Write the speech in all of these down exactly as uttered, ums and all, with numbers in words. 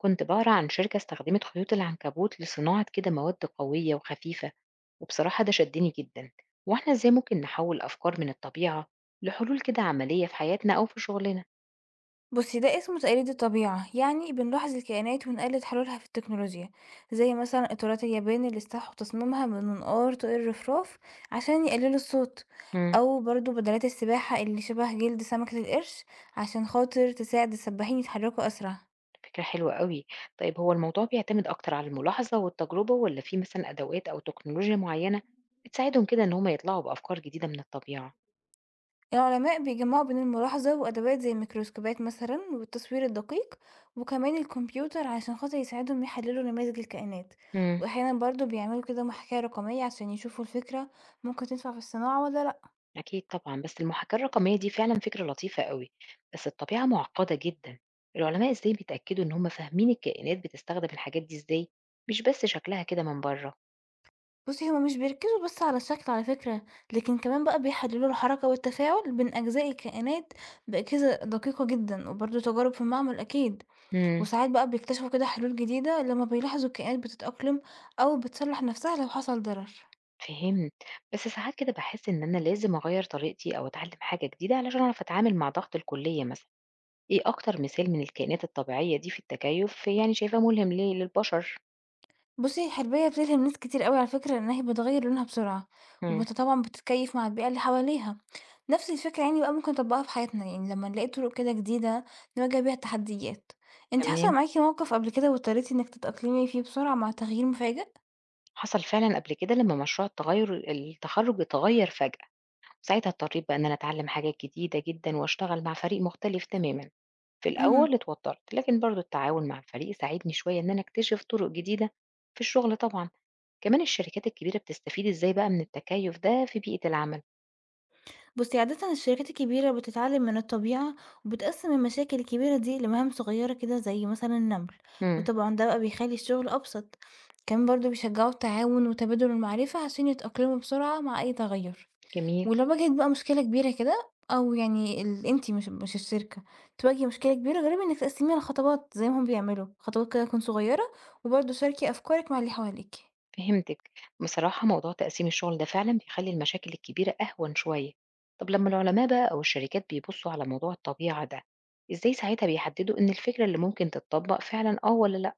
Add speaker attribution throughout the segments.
Speaker 1: كنت بقرا عن شركة استخدمت خيوط العنكبوت لصناعة كده مواد قوية وخفيفة، وبصراحة ده شدني جدا. واحنا ازاي ممكن نحول أفكار من الطبيعة لحلول كده عملية في حياتنا أو في شغلنا؟
Speaker 2: بُصّي، ده اسمه تقليد الطبيعة، يعني بنلاحظ الكائنات ونقلد حلولها في التكنولوجيا، زي مثلًا إطارات اليابان اللي استوحوا تصميمها من منقار طائر الرفراف عشان يقللوا الصوت،
Speaker 1: مم.
Speaker 2: أو برضه بدلات السباحة اللي شبه جلد سمكة القرش عشان خاطر تساعد السباحين يتحركوا أسرع.
Speaker 1: فكرة حلوة قوي. طيب هو الموضوع بيعتمد أكتر على الملاحظة والتجربة ولا في مثلا أدوات أو تكنولوجيا معينة بتساعدهم كده إن هما يطلعوا بأفكار جديدة من الطبيعة؟
Speaker 2: العلماء بيجمعوا بين الملاحظة وأدوات زي الميكروسكوبات مثلا والتصوير الدقيق وكمان الكمبيوتر عشان خاطر يساعدهم يحللوا نماذج الكائنات.
Speaker 1: مم.
Speaker 2: وأحيانا برضو بيعملوا كده محاكاة رقمية عشان يشوفوا الفكرة ممكن تنفع في الصناعة ولا لأ.
Speaker 1: أكيد طبعًا، بس المحاكاة الرقمية دي فعلًا فكرة لطيفة أوي، بس الطبيعة معقدة جدًا، العلماء إزاي بيتأكدوا إن هم فاهمين الكائنات بتستخدم الحاجات دي إزاي، مش بس شكلها كده من برّه؟
Speaker 2: بصي هما مش بيركزوا بس على الشكل على فكرة، لكن كمان بقى بيحللوا الحركة والتفاعل بين أجزاء الكائنات بأجهزة دقيقة جدا وبرضو تجارب في المعمل أكيد.
Speaker 1: إمم.
Speaker 2: وساعات بقى بيكتشفوا كده حلول جديدة لما بيلاحظوا الكائنات بتتأقلم أو بتصلح نفسها لو حصل ضرر.
Speaker 1: فهمت، بس ساعات كده باحس إن أنا لازم أغيّر طريقتي أو أتعلم حاجة جديدة علشان أعرف أتعامل مع ضغط الكلية مثلًا، إيه أكتر مثال من الكائنات الطبيعية دي في التكيُّف يعني شايفاه ملهم ليه للبشر؟
Speaker 2: بُصّي، الحرباية بتلهم ناس كتير أوي على فكرة، لإن هي بتغيّر لونها بسرعة،
Speaker 1: إمم.
Speaker 2: وبت طبعًا بتتكيّف مع البيئة اللي حواليها. نفس الفكرة يعني بقى ممكن نطبّقها في حياتنا، يعني لمّا نلاقي طرق كده جديدة نواجه بيها التحديات. أنتِ حصل
Speaker 1: تمام،
Speaker 2: معاكِ موقف قبل كده واضطريتِ إنِّك تتأقلمي فيه بسرعة مع تغيير مفاجئ؟
Speaker 1: حصل فعلًا قبل كده لمّا مشروع التغير التخرُّج اتغيّر فجأة. ساعتها اضطريت بقى إن أنا أتعلم حاجات جديدة جدًا وأشتغل مع فريق مختلف تمامًا، في
Speaker 2: اهم.
Speaker 1: الأول اتوترت، لكن برضه التعاون مع الفريق ساعدني شوية إن أنا أكتشف طرق جديدة في الشغل طبعًا، كمان الشركات الكبيرة بتستفيد إزاي بقى من التكيُّف ده في بيئة العمل.
Speaker 2: بُصي، عادةً الشركات الكبيرة بتتعلم من الطبيعة، وبتقسم المشاكل الكبيرة دي لمهام صغيرة كده زي مثلًا النمل،
Speaker 1: إمم.
Speaker 2: وطبعًا ده بقى بيخلي الشغل أبسط، كمان برضه بيشجعوا التعاون وتبادل المعرفة عشان يتأقلموا بسرعة مع أي تغير،
Speaker 1: جميل.
Speaker 2: ولو واجهت بقى مشكلة كبيرة كده أو يعني ال أنتِ مش مش الشركة تواجهي مشكلة كبيرة، جربي إنِك تقسميها لخطوات زي ما هم بيعملوا، خطوات كده تكون صغيرة، وبرضه شاركي أفكارك مع اللي حواليكِ.
Speaker 1: فهمتِك. بصراحة موضوع تقسيم الشغل ده فعلًا بيخلّي المشاكل الكبيرة أهون شوية. طب لمّا العلماء بقى أو الشركات بيبصوا على موضوع الطبيعة ده، إزاي ساعتها بيحددوا إن الفكرة اللي ممكن تتطبّق فعلًا آه والّا لأ؟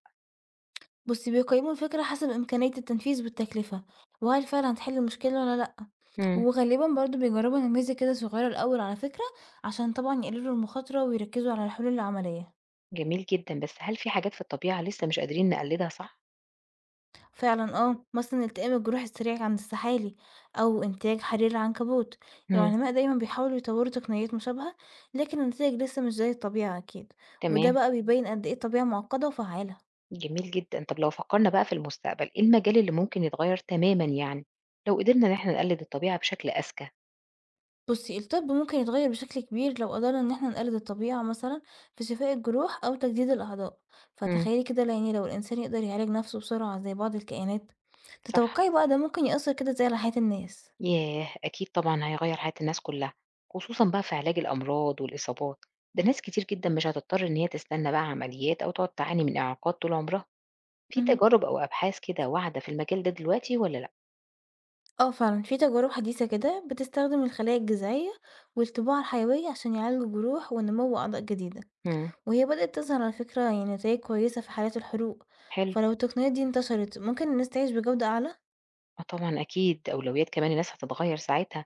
Speaker 2: بُصي، بيقيموا الفكرة حسب إمكانية التنفيذ والتكلفة، وهل فعلًا هتحل المشكلة والّا لأ.
Speaker 1: إمم.
Speaker 2: وغالبًا برضه بيجرّبوا نماذج كده صغيرة الأول على فكرة، عشان طبعًا يقللوا المخاطرة ويركّزوا على الحلول العملية.
Speaker 1: جميل جدًا، بس هل في حاجات في الطبيعة لسه مش قادرين نقلّدها صح؟
Speaker 2: فعلًا آه، مثلًا التئام الجروح السريع عند السحالي أو إنتاج حرير العنكبوت.
Speaker 1: إمم.
Speaker 2: العلماء دايمًا بيحاولوا يطوّروا تقنيات مشابهة، لكن النتايج لسه مش زي الطبيعة أكيد، وده
Speaker 1: تمام.
Speaker 2: بقى بيبين قد إيه الطبيعة معقدة وفعّالة.
Speaker 1: جميل جدًا، طب لو فكّرنا بقى في المستقبل، إيه المجال اللي ممكن يتغيّر تمامًا يعني، لو قدرنا إن إحنا نقلّد الطبيعة بشكل أذكى؟
Speaker 2: بُصّي، الطب ممكن يتغيّر بشكل كبير لو قدرنا إن إحنا نقلد الطبيعة مثلًا في شفاء الجروح أو تجديد الأعضاء،
Speaker 1: إمم.
Speaker 2: فتخيّلي كده ل يعني لو الإنسان يقدر يعالج نَفْسه بسرعة زي بعض الكائنات،
Speaker 1: صح.
Speaker 2: تتوقّعي بقى ده ممكن يأثّر كده إزاي على حياة الناس؟
Speaker 1: ياه! أكيد طبعًا هيغيّر حياة الناس كلّها، خصوصًا بقى في علاج الأمراض والإصابات، ده ناس كتير جدًا مش هتضطر إن هي تستنى بقى عمليات أو تقعد تعاني من إعاقات طول عمرها، في
Speaker 2: اهم.
Speaker 1: تجارب أو أبحاث كده واعدة في المجال ده دلوقتي والّا لأ؟
Speaker 2: آه فعلًا، في تجارب حديثة كده بتستخدم الخلايا الجذعية والطباعة الحيوية عشان يعالجوا جروح ونمو أعضاء جديدة،
Speaker 1: إمم.
Speaker 2: وهي بدأت تظهر على فكرة يعني نتايج كويسة في حالات الحروق،
Speaker 1: حلو.
Speaker 2: فلو التقنيات دي انتشرت ممكن الناس تعيش بجودة أعلى؟
Speaker 1: آه طبعًا أكيد، أولويات كمان الناس هتتغيّر ساعتها.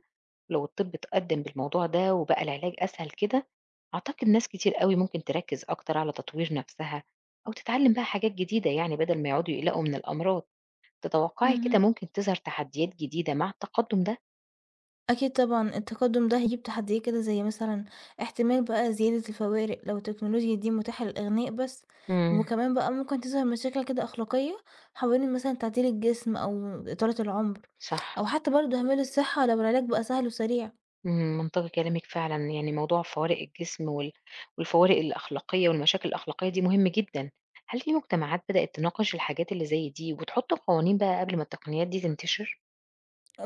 Speaker 1: لو الطب اتقدم بالموضوع ده وبقى العلاج أسهل كده أعتقد ناس كتير قوي ممكن تركز أكتر على تطوير نفسها أو تتعلم بقى حاجات جديدة يعني بدل ما يقعدوا يقلقوا من الأمراض. تتوقعي كده
Speaker 2: اهم.
Speaker 1: ممكن تظهر تحديات جديدة مع التقدم ده؟
Speaker 2: أكيد طبعًا التقدُّم ده هيجيب تحديات كده زي مثلًا احتمال بقى زيادة الفوارق لو التكنولوجيا دي متاحة للأغنياء بس،
Speaker 1: امم.
Speaker 2: وكمان بقى ممكن تظهر مشاكل كده أخلاقية حوالين مثلًا تعديل الجسم أو إطالة العُمر
Speaker 1: صح.
Speaker 2: أو حتى برضه أهمال الصحة لو العلاج بقى سهل وسريع.
Speaker 1: امم، منطقي كلامك فعلا، يعني موضوع فوارق الجسم وال- والفوارق الأخلاقية والمشاكل الأخلاقية دي مهم جدا. هل في مجتمعات بدأت تناقش الحاجات اللي زي دي وتحط قوانين بقى قبل ما التقنيات دي تنتشر؟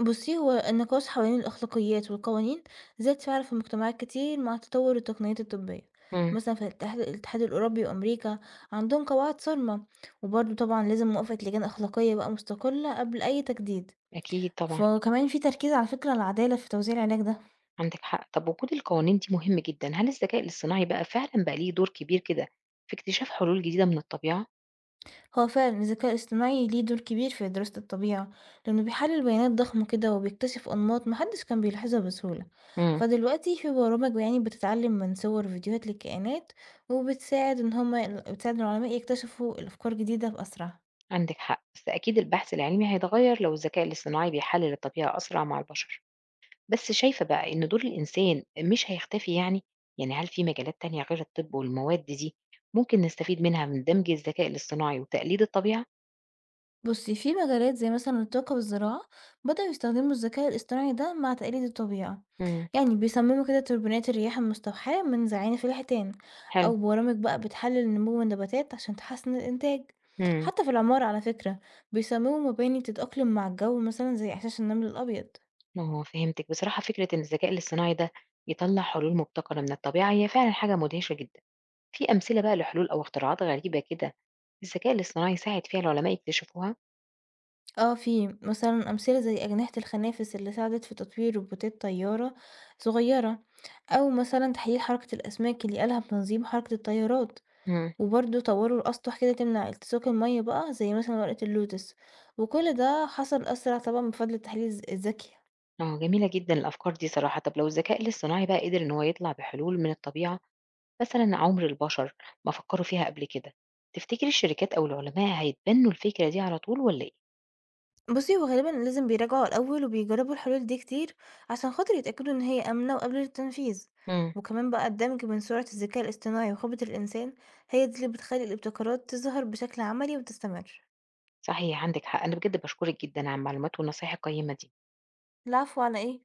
Speaker 2: بُصّي، هو النقاش حوالين الأخلاقيات والقوانين زاد فعلًا في مجتمعات كتير مع تطوُّر التقنيات الطبية،
Speaker 1: امم.
Speaker 2: مثلًا في الاتحاد الاتحاد الأوروبي وأمريكا عندهم قواعد صارمة، وبرضه طبعًا لازم موافقة لجان أخلاقية بقى مستقلة قبل أي تجديد.
Speaker 1: أكيد طبعا.
Speaker 2: فكمان في تركيز على فكرة العدالة في توزيع العلاج ده.
Speaker 1: عندِك حق. طب وجود القوانين دي مهم جدًا. هل الذكاء الاصطناعي بقى فعلًا بقى ليه دور كبير كده في اكتشاف حلول جديدة من الطبيعة؟
Speaker 2: هو فعلا الذكاء الاصطناعي ليه دور كبير في دراسة الطبيعة لأنه بيحلل بيانات ضخمة كده وبيكتشف أنماط محدش كان بيلاحظها بسهولة.
Speaker 1: إمم.
Speaker 2: فدلوقتي في برامج يعني بتتعلم من صور فيديوهات للكائنات وبتساعد إن هما بتساعد العلماء يكتشفوا الأفكار جديدة بأسرع.
Speaker 1: عندِك حق. بس أكيد البحث العلمي هيتغير لو الذكاء الاصطناعي بيحلل الطبيعة أسرع مع البشر. بس شايفة بقى إن دور الإنسان مش هيختفي يعني؟ يعني هل في مجالات تانية غير الطب والمواد دي ممكن نستفيد منها من دمج الذكاء الاصطناعي وتقليد الطبيعة؟
Speaker 2: بصي في مجالات زي مثلا الطاقة والزراعة بدأوا يستخدموا الذكاء الاصطناعي ده مع تقليد الطبيعة،
Speaker 1: إمم.
Speaker 2: يعني بيصمموا كده توربينات الرياح المستوحاة من زعانف الحيتان
Speaker 1: حلو.
Speaker 2: أو برامج بقى بتحلل نمو النباتات عشان تحسن الإنتاج.
Speaker 1: إمم.
Speaker 2: حتى في العمارة على فكرة بيصمموا مباني تتأقلم مع الجو مثلا زي إحساس النمل الأبيض.
Speaker 1: آه فهمتِك. بصراحة فكرة إن الذكاء الاصطناعي ده يطلّع حلول مبتكرة من الطبيعة هي فعلًا حاجة مدهشة جدًا. في أمثلة بقى لحلول أو اختراعات غريبة كده الذكاء الاصطناعي ساعد فيها العلماء يكتشفوها؟
Speaker 2: اه في مثلا أمثلة زي أجنحة الخنافس اللي ساعدت في تطوير روبوتات طيارة صغيرة أو مثلا تحليل حركة الأسماك اللي قالها بتنظيم حركة الطيارات،
Speaker 1: امم.
Speaker 2: وبرضه طوروا الأسطح كده تمنع التصاق المَيّة بقى زي مثلًا ورقة اللوتس، وكل ده حصل أسرع طبعًا بفضل التحليل الذ الذكي.
Speaker 1: اه، جميلة جدا الأفكار دي صراحة. طب لو الذكاء الاصطناعي بقى قدر إن هو يطلع بحلول من الطبيعة مثلا عمر البشر ما فكروا فيها قبل كده، تفتكري الشركات أو العلماء هيتبنوا الفكرة دي على طول ولا إيه؟
Speaker 2: بُصّي، هو غالبًا لازم بيراجعوا الأول وبيجربوا الحلول دي كتير عشان خاطر يتأكدوا إن هي آمنة وقابلة للتنفيذ،
Speaker 1: امم.
Speaker 2: وكمان بقى الدمج بين سرعة الذكاء الاصطناعي وخبرة الإنسان هي دي اللي بتخلّي الابتكارات تظهر بشكل عملي وتستمر.
Speaker 1: صحيح عندك حق، أنا بجد بشكرك جدا على المعلومات والنصائح القيمة دي.
Speaker 2: العفو، على إيه؟